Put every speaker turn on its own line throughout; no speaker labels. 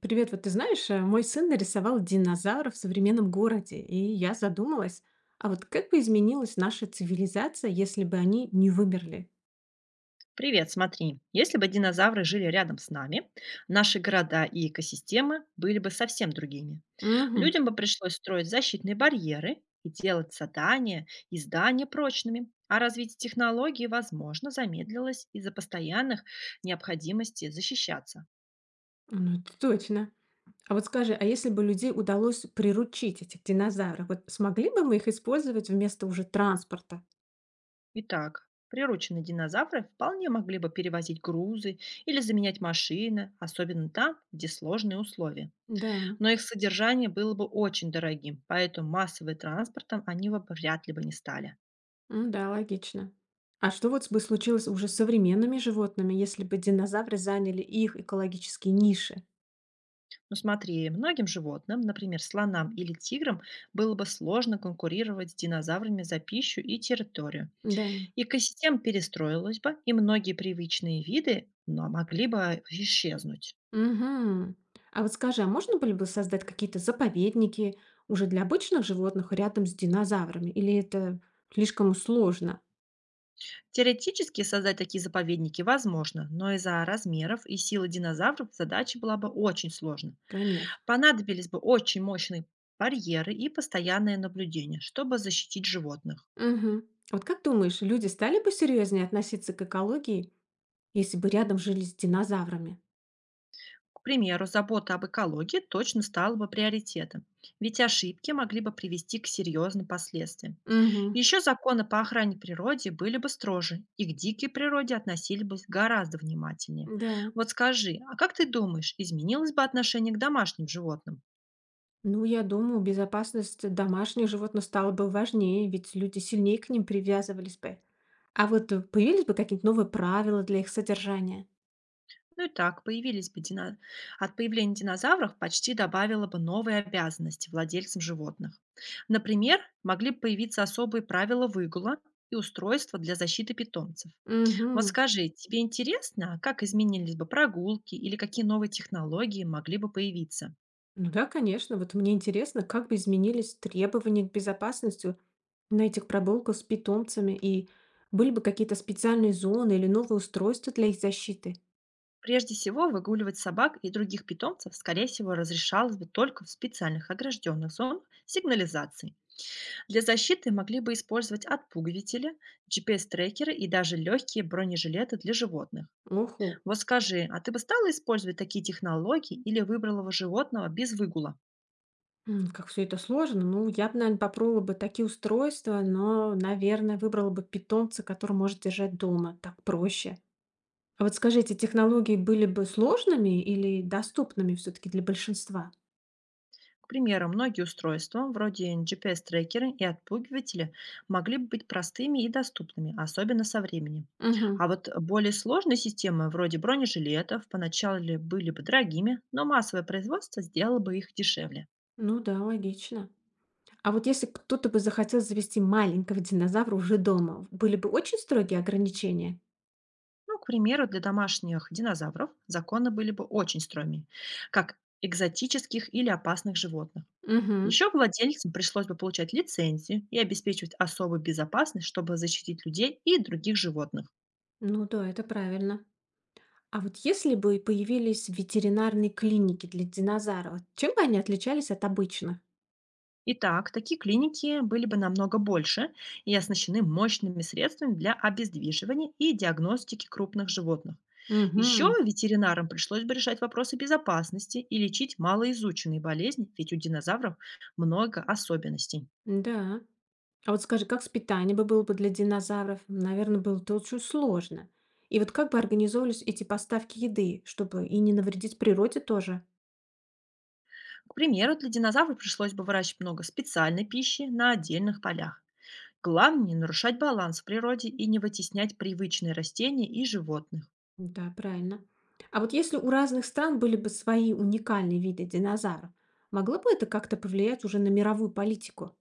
Привет, вот ты знаешь, мой сын нарисовал динозавра в современном городе, и я задумалась, а вот как бы изменилась наша цивилизация, если бы они не вымерли?
Привет, смотри. Если бы динозавры жили рядом с нами, наши города и экосистемы были бы совсем другими.
Угу,
Людям бы пришлось строить защитные барьеры и делать задания и здания прочными, а развитие технологий, возможно, замедлилось из-за постоянных необходимости защищаться.
ну это точно. А вот скажи, а если бы людей удалось приручить этих динозавров, вот смогли бы мы их использовать вместо уже транспорта?
Итак, прирученные динозавры вполне могли бы перевозить грузы или заменять машины, особенно там, где сложные условия.
Да,
Но их содержание было бы очень дорогим, поэтому массовым транспортом они бы вряд ли бы не стали.
м, да, логично. А что вот бы случилось уже с современными животными, если бы динозавры заняли их экологические ниши?
Но смотри, многим животным, например, слонам или тиграм, было бы сложно конкурировать с динозаврами за пищу и территорию.
Да.
Экосистема перестроилась бы, и многие привычные виды но могли бы исчезнуть.
Мгм. А вот скажи, а можно было бы создать какие-то заповедники уже для обычных животных рядом с динозаврами? Или это слишком сложно?
Теоретически создать такие заповедники возможно, но из-за размеров и силы динозавров задача была бы очень сложна.
Конечно.
Понадобились бы очень мощные барьеры и постоянное наблюдение, чтобы защитить животных.
Мгм. А вот как думаешь, люди стали бы серьезнее относиться к экологии, если бы рядом жили с динозаврами?
К примеру, забота об экологии точно стала бы приоритетом, ведь ошибки могли бы привести к серьезным последствиям.
Угу.
Еще законы по охране природы были бы строже, и к дикой природе относились бы гораздо внимательнее.
Да.
Вот скажи, а как ты думаешь, изменилось бы отношение к домашним животным?
Ну, я думаю, безопасность домашних животных стала бы важнее, ведь люди сильнее к ним привязывались бы. А вот появились бы какие-то новые правила для их содержания?
Ну и так, от появления динозавров почти добавило бы новые обязанности владельцам животных. Например, могли бы появиться особые правила выгула и устройства для защиты питомцев. Вот
Угу.
скажи, тебе интересно, как изменились бы прогулки или какие новые технологии могли бы появиться?
Ну да, конечно. Вот мне интересно, как бы изменились требования к безопасности на этих прогулках с питомцами и были бы какие-то специальные зоны или новые устройства для их защиты?
Прежде всего, выгуливать собак и других питомцев, скорее всего, разрешалось бы только в специальных огражденных зонах сигнализации. Для защиты могли бы использовать отпугиватели, GPS-трекеры и даже легкие бронежилеты для животных.
Оху,
Вот скажи, а ты бы стала использовать такие технологии или выбрала бы животного без выгула?
м, как все это сложно. Ну, я бы, наверное, попробовала бы такие устройства, но, наверное, выбрала бы питомца, который может держать дома. Так проще. А вот скажите, технологии были бы сложными или доступными все-таки для большинства?
К примеру, многие устройства, вроде GPS-трекеры и отпугиватели, могли бы быть простыми и доступными, особенно со временем.
Угу.
А вот более сложные системы, вроде бронежилетов, поначалу были бы дорогими, но массовое производство сделало бы их дешевле.
Ну да, логично. А вот если кто-то бы захотел завести маленького динозавра уже дома, были бы очень строгие ограничения?
Ну, к примеру, для домашних динозавров законы были бы очень строгими, как экзотических или опасных животных.
Угу.
Еще владельцам пришлось бы получать лицензию и обеспечивать особую безопасность, чтобы защитить людей и других животных.
Ну да, это правильно. А вот если бы появились ветеринарные клиники для динозавров, чем бы они отличались от обычных?
Итак, такие клиники были бы намного больше и оснащены мощными средствами для обездвиживания и диагностики крупных животных. Еще
Угу.
ветеринарам пришлось бы решать вопросы безопасности и лечить малоизученные болезни, ведь у динозавров много особенностей.
Да. А вот скажи, как с питанием бы было бы для динозавров? Наверное, было бы очень сложно. И вот как бы организовывались эти поставки еды, чтобы и не навредить природе тоже?
К примеру, для динозавров пришлось бы выращивать много специальной пищи на отдельных полях. Главное не нарушать баланс в природе и не вытеснять привычные растения и животных.
Да, правильно. А вот если у разных стран были бы свои уникальные виды динозавров, могло бы это как-то повлиять уже на мировую политику?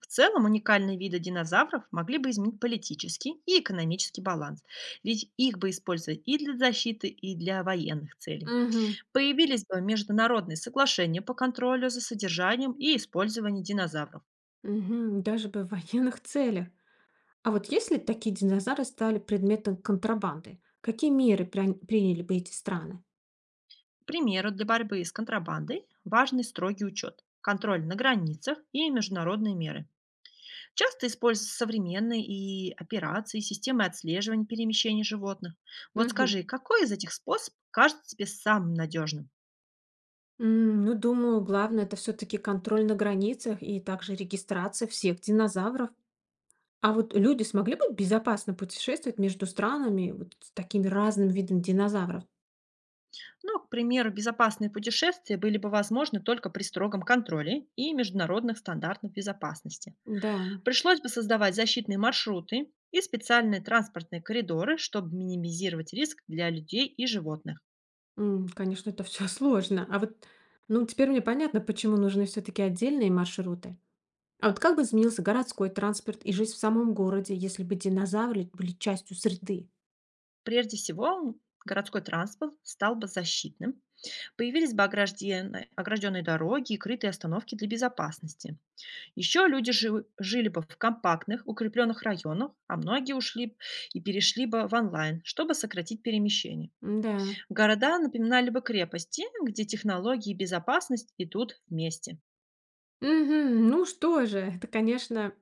В целом уникальные виды динозавров могли бы изменить политический и экономический баланс, ведь их бы использовали и для защиты, и для военных целей.
Угу,
Появились бы международные соглашения по контролю за содержанием и использованием динозавров.
угу, даже бы в военных целях. А вот если такие динозавры стали предметом контрабанды, какие меры приняли бы эти страны?
К примеру, для борьбы с контрабандой важный строгий учет, контроль на границах и международные меры. Часто используются современные и операции, системы отслеживания перемещений животных. Вот
Угу.
скажи, какой из этих способов кажется тебе самым надежным?
М, ну, думаю, главное это все-таки контроль на границах и также регистрация всех динозавров. А вот люди смогли бы безопасно путешествовать между странами вот с такими разными видами динозавров?
Ну, к примеру, безопасные путешествия были бы возможны только при строгом контроле и международных стандартах безопасности.
Да,
Пришлось бы создавать защитные маршруты и специальные транспортные коридоры, чтобы минимизировать риск для людей и животных.
м, конечно, это все сложно. А вот, ну, теперь мне понятно, почему нужны все таки отдельные маршруты. А вот как бы изменился городской транспорт и жизнь в самом городе, если бы динозавры были частью среды?
Прежде всего, городской транспорт стал бы защитным, появились бы огражденные дороги и крытые остановки для безопасности. Еще люди жили бы в компактных, укрепленных районах, а многие ушли б и перешли бы в онлайн, чтобы сократить перемещение.
Да.
Города напоминали бы крепости, где технологии и безопасность идут вместе.
Ну что же, это, конечно,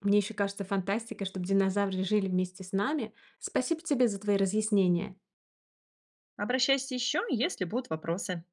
мне еще кажется фантастикой, чтобы динозавры жили вместе с нами. Спасибо тебе за твои разъяснения.
Обращайся еще, если будут вопросы.